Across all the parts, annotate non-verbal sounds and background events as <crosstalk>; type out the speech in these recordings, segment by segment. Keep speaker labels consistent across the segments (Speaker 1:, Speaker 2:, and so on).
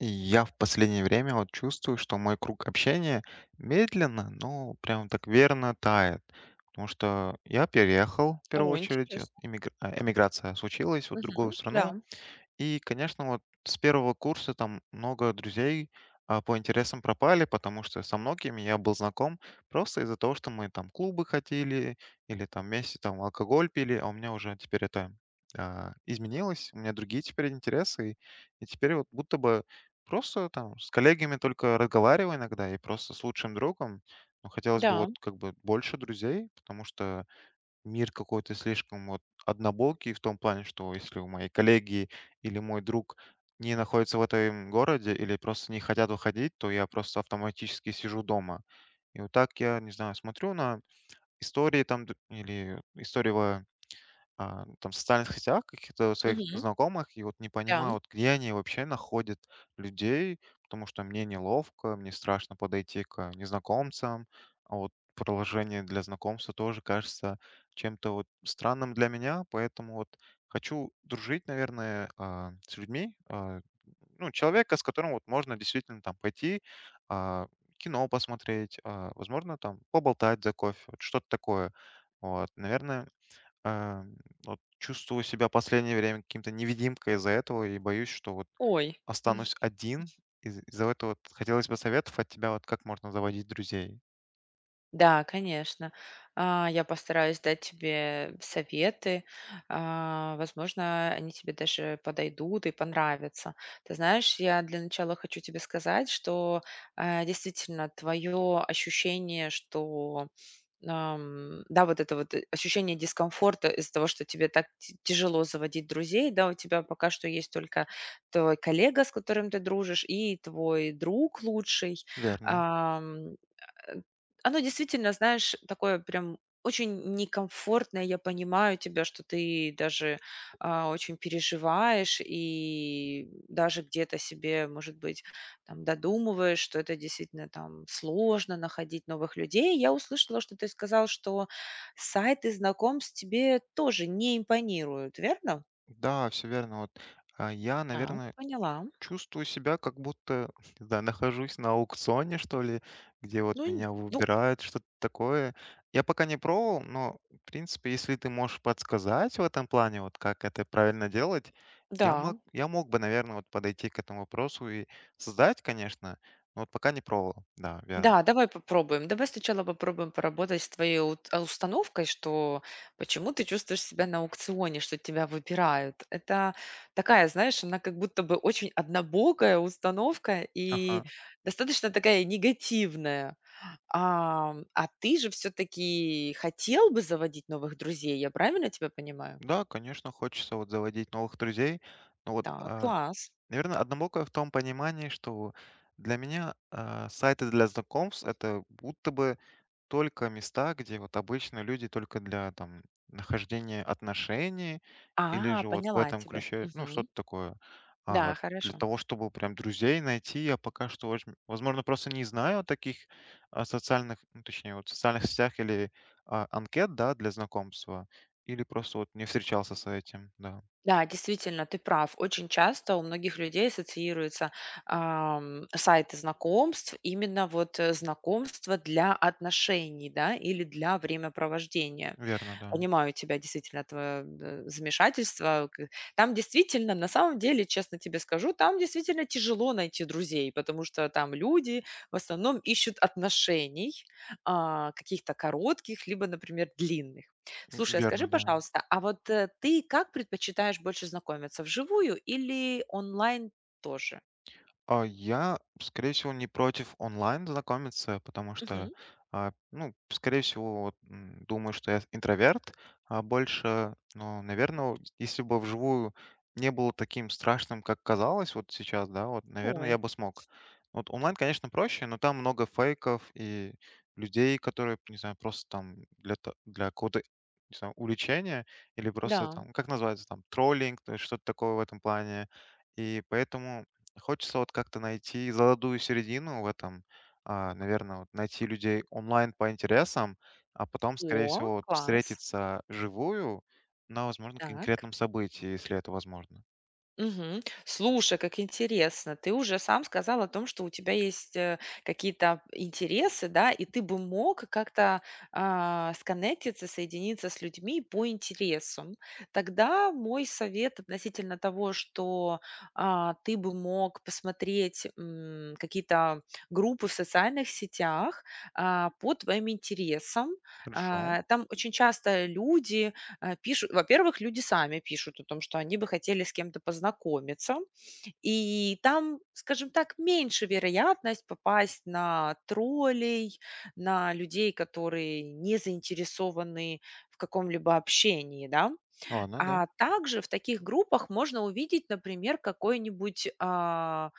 Speaker 1: И я в последнее время вот чувствую, что мой круг общения медленно, но прям так верно тает. Потому что я переехал, в первую
Speaker 2: О,
Speaker 1: очередь, вот,
Speaker 2: интересно.
Speaker 1: эмиграция случилась вот в
Speaker 2: Мгм.
Speaker 1: другую
Speaker 2: Да,
Speaker 1: страну, и, конечно, вот с первого курса там много друзей по интересам пропали, потому что со многими я был знаком просто из-за того, что мы там клубы ходили или там вместе там алкоголь пили, а у меня уже теперь это изменилось, у меня другие теперь интересы, и теперь вот будто бы просто там с коллегами только разговариваю иногда и просто с лучшим другом, но хотелось бы
Speaker 2: да.
Speaker 1: вот как бы больше друзей, потому что мир какой-то слишком вот однобокий в том плане, что если у моей коллеги или мой друг не находится в этом городе или просто не хотят выходить, то я просто автоматически сижу дома. И вот так я, не знаю, смотрю на истории там или истории там, в социальных сетях каких-то своих
Speaker 2: Мгм.
Speaker 1: знакомых, и вот не
Speaker 2: Да.
Speaker 1: понимаю, вот где они вообще находят людей, потому что мне неловко, мне страшно подойти к незнакомцам, а вот приложение для знакомства тоже кажется чем-то вот странным для меня, поэтому вот хочу дружить, наверное, с людьми, ну, человека, с которым вот можно действительно там пойти, а, кино посмотреть, возможно, там поболтать за кофе, вот что-то такое. Вот, наверное, а, вот чувствую себя последнее время каким-то невидимкой из-за этого и боюсь, что вот
Speaker 2: Ой.
Speaker 1: останусь один. Из-за этого вот хотелось бы советов от тебя, вот как можно заводить друзей.
Speaker 2: Да, конечно. Я постараюсь дать тебе советы. Возможно, они тебе даже подойдут и понравятся. Ты знаешь, я для начала хочу тебе сказать, что, действительно твое ощущение, что, да, вот это вот, ощущение дискомфорта из-за того, что тебе так ти тяжело заводить друзей, да, у тебя пока что есть только твой коллега, с которым ты дружишь, и твой друг лучший.
Speaker 1: Верно.
Speaker 2: Э, Оно действительно, знаешь, такое прям очень некомфортное. Я понимаю тебя, что ты даже, очень переживаешь и даже где-то себе, может быть, там додумываешь, что это действительно там сложно находить новых людей. Я услышала, что ты сказал, что сайты знакомств тебе тоже не импонируют, верно?
Speaker 1: Да, все верно. Вот я,
Speaker 2: Так,
Speaker 1: наверное,
Speaker 2: поняла.
Speaker 1: чувствую себя, как будто, <laughs> не знаю, нахожусь на аукционе, что ли, где вот
Speaker 2: Ну и
Speaker 1: меня
Speaker 2: Ну
Speaker 1: выбирают, что-то такое. Я пока не пробовал, но, в принципе, если ты можешь подсказать в этом плане, вот как это правильно делать, я мог,
Speaker 2: да.
Speaker 1: я мог бы, наверное, вот подойти к этому вопросу и создать, конечно, но вот пока не пробовал. Да, верно.
Speaker 2: Да, давай попробуем. Давай сначала попробуем поработать с твоей установкой, что почему ты чувствуешь себя на аукционе, что тебя выбирают. Это такая, знаешь, она как будто бы очень однобокая установка и
Speaker 1: Ага.
Speaker 2: достаточно такая негативная. А ты же все-таки хотел бы заводить новых друзей, я правильно тебя понимаю?
Speaker 1: Да, конечно, хочется вот заводить новых друзей, но вот,
Speaker 2: Так, класс.
Speaker 1: наверное, однобоко в том понимании, что для меня сайты для знакомств это будто бы только места, где вот обычно люди только для там нахождения отношений или же вот в
Speaker 2: Поняла
Speaker 1: этом
Speaker 2: тебя.
Speaker 1: ключе, ну,
Speaker 2: Мгм.
Speaker 1: что-то такое.
Speaker 2: Да,
Speaker 1: А для
Speaker 2: хорошо.
Speaker 1: того, чтобы прям друзей найти, я пока что, возможно, просто не знаю о таких социальных, ну, точнее, вот социальных сетях или анкет, да, для знакомства. Или просто вот не встречался с этим, да.
Speaker 2: Да, действительно, ты прав. Очень часто у многих людей ассоциируются сайты знакомств, именно вот знакомства для отношений, да, или для времяпровождения.
Speaker 1: Верно, да.
Speaker 2: Понимаю тебя, действительно, твое замешательство. Там действительно, на самом деле, честно тебе скажу, там действительно тяжело найти друзей, потому что там люди в основном ищут отношений, каких-то коротких, либо, например, длинных. Слушай, а скажи,
Speaker 1: Верно, да.
Speaker 2: пожалуйста, а вот ты как предпочитаешь больше знакомиться, вживую или онлайн тоже?
Speaker 1: А я, скорее всего, не против онлайн знакомиться, потому
Speaker 2: Мгм.
Speaker 1: что, ну, скорее всего, вот, думаю, что я интроверт, а больше, ну, наверное, если бы вживую не было таким страшным, как казалось вот сейчас, да, вот, наверное, я
Speaker 2: Ой,
Speaker 1: бы смог. Вот онлайн, конечно, проще, но там много фейков и людей, которые, не знаю, просто там для, для какого-то, не знаю, увлечения или просто
Speaker 2: да.
Speaker 1: там, как называется, там, троллинг, то есть что-то такое в этом плане. И поэтому хочется вот как-то найти золотую середину в этом, наверное, вот найти людей онлайн по интересам, а потом, скорее
Speaker 2: О,
Speaker 1: всего, вот
Speaker 2: класс.
Speaker 1: встретиться живую на, возможно,
Speaker 2: Так.
Speaker 1: конкретном событии, если это возможно.
Speaker 2: Мгм. Слушай, как интересно. Ты уже сам сказал о том, что у тебя есть, какие-то интересы, да, и ты бы мог как-то, сконнектиться, соединиться с людьми по интересам. Тогда мой совет относительно того, что, ты бы мог посмотреть, какие-то группы в социальных сетях, по твоим интересам.
Speaker 1: Хорошо.
Speaker 2: Там очень часто люди, Э, пишу во-первых, люди сами пишут о том, что они бы хотели с кем-то познакомиться, и там, скажем так, меньше вероятность попасть на троллей, на людей, которые не заинтересованы в каком-либо общении, да.
Speaker 1: Ладно, да.
Speaker 2: А также в таких группах можно увидеть, например, какой-нибудь, а,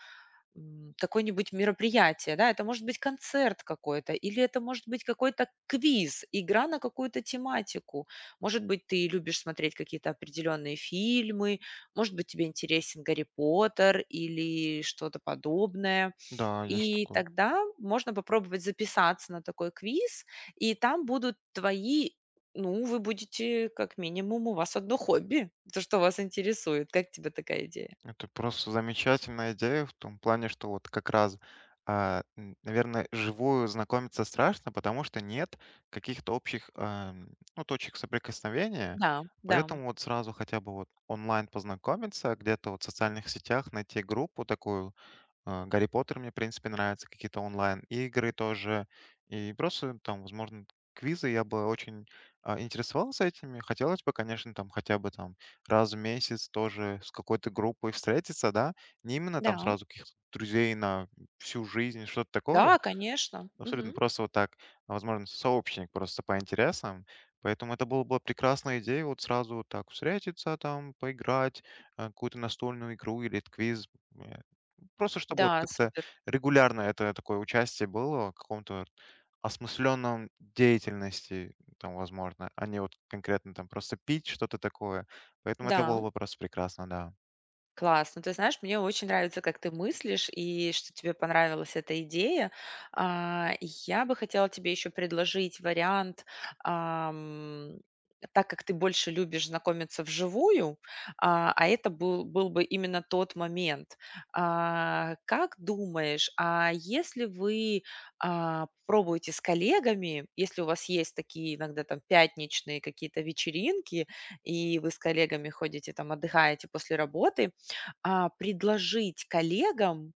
Speaker 2: м, какое-нибудь мероприятие, да, это может быть концерт какой-то, или это может быть какой-то квиз, игра на какую-то тематику. Может быть, ты любишь смотреть какие-то определенные фильмы, может быть, тебе интересен Гарри Поттер или что-то подобное.
Speaker 1: Да, есть
Speaker 2: И
Speaker 1: такое.
Speaker 2: тогда можно попробовать записаться на такой квиз, и там будут твои ну, вы будете, как минимум, у вас одно хобби, то, что вас интересует. Как тебе такая идея?
Speaker 1: Это просто замечательная идея в том плане, что вот как раз, а, наверное, живую знакомиться страшно, потому что нет каких-то общих ну, точек соприкосновения.
Speaker 2: Да, да,
Speaker 1: Поэтому вот сразу хотя бы вот онлайн познакомиться, где-то вот в социальных сетях найти группу такую. Гарри Поттер мне, в принципе, нравится, какие-то онлайн-игры тоже. И просто там, возможно, квизы я бы очень интересовался этими. Хотелось бы, конечно, там хотя бы там раз в месяц тоже с какой-то группой встретиться, да. Не именно там
Speaker 2: да.
Speaker 1: сразу каких-то друзей на всю жизнь, что-то
Speaker 2: Да,
Speaker 1: такое.
Speaker 2: конечно.
Speaker 1: Абсолютно
Speaker 2: Мгм.
Speaker 1: просто вот так, возможно, сообщник просто по интересам. Поэтому это было бы прекрасная идея вот сразу вот так встретиться там, поиграть, какую-то настольную игру или квиз. Э, Просто чтобы вот
Speaker 2: Да,
Speaker 1: как-то
Speaker 2: супер.
Speaker 1: регулярно это такое участие было в каком-то вот осмысленном деятельности, там, возможно, а не вот конкретно там просто пить что-то такое. Поэтому это было
Speaker 2: Да.
Speaker 1: бы просто прекрасно, да.
Speaker 2: Класс. Ну, ты знаешь, мне очень нравится, как ты мыслишь и что тебе понравилась эта идея. Я бы хотела тебе еще предложить вариант, ам, так как ты больше любишь знакомиться вживую, а это был бы именно тот момент. Как думаешь, а если вы пробуете с коллегами, если у вас есть такие иногда там пятничные какие-то вечеринки, и вы с коллегами ходите там отдыхаете после работы, предложить коллегам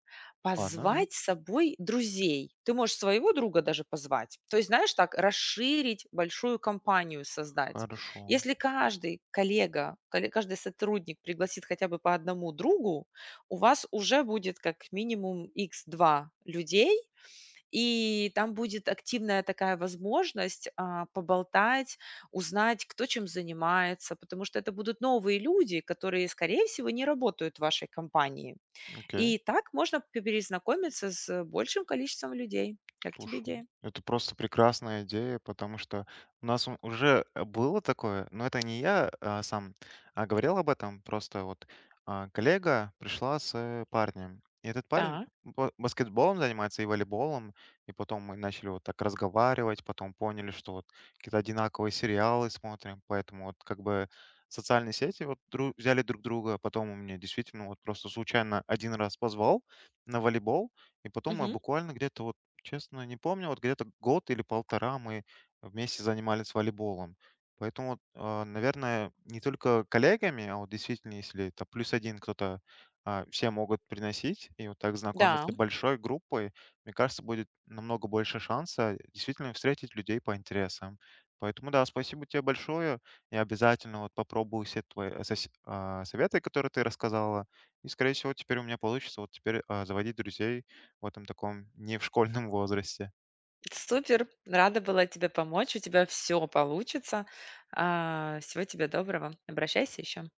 Speaker 1: Ладно, да,
Speaker 2: позвать с собой друзей. Ты можешь своего друга даже позвать. То есть, знаешь, так расширить, большую компанию создать.
Speaker 1: хорошо.
Speaker 2: Если каждый сотрудник пригласит хотя бы по одному другу, у вас уже будет как минимум x два людей, и там будет активная такая возможность, поболтать, узнать, кто чем занимается, потому что это будут новые люди, которые, скорее всего, не работают в вашей компании.
Speaker 1: Окей.
Speaker 2: И так можно п перезнакомиться с большим количеством людей. Как тебе
Speaker 1: Слушай,
Speaker 2: идея?
Speaker 1: это просто прекрасная идея, потому что у нас уже было такое, но это не я сам говорил об этом, просто вот коллега пришла с парнем. И этот парень
Speaker 2: Так.
Speaker 1: баскетболом занимается и волейболом, и потом мы начали вот так разговаривать, потом поняли, что вот какие-то одинаковые сериалы смотрим, поэтому вот как бы социальные сети вот взяли друг друга, потом он меня действительно вот просто случайно один раз позвал на волейбол, и потом мы
Speaker 2: Мгм.
Speaker 1: буквально где-то вот. Честно, не помню. Вот где-то год или полтора мы вместе занимались волейболом. Поэтому, вот, наверное, не только коллегами, а вот действительно, если это плюс один кто-то, все могут приносить, и вот так
Speaker 2: Да,
Speaker 1: знакомиться большой группой, мне кажется, будет намного больше шанса действительно встретить людей по интересам. Поэтому да, спасибо тебе большое. Я обязательно вот попробую все твои советы, которые ты рассказала. И, скорее всего, теперь у меня получится вот теперь заводить друзей в этом таком не в школьном <laughs> возрасте.
Speaker 2: супер. Рада была тебе помочь. У тебя все получится. Всего тебе доброго. Обращайся еще.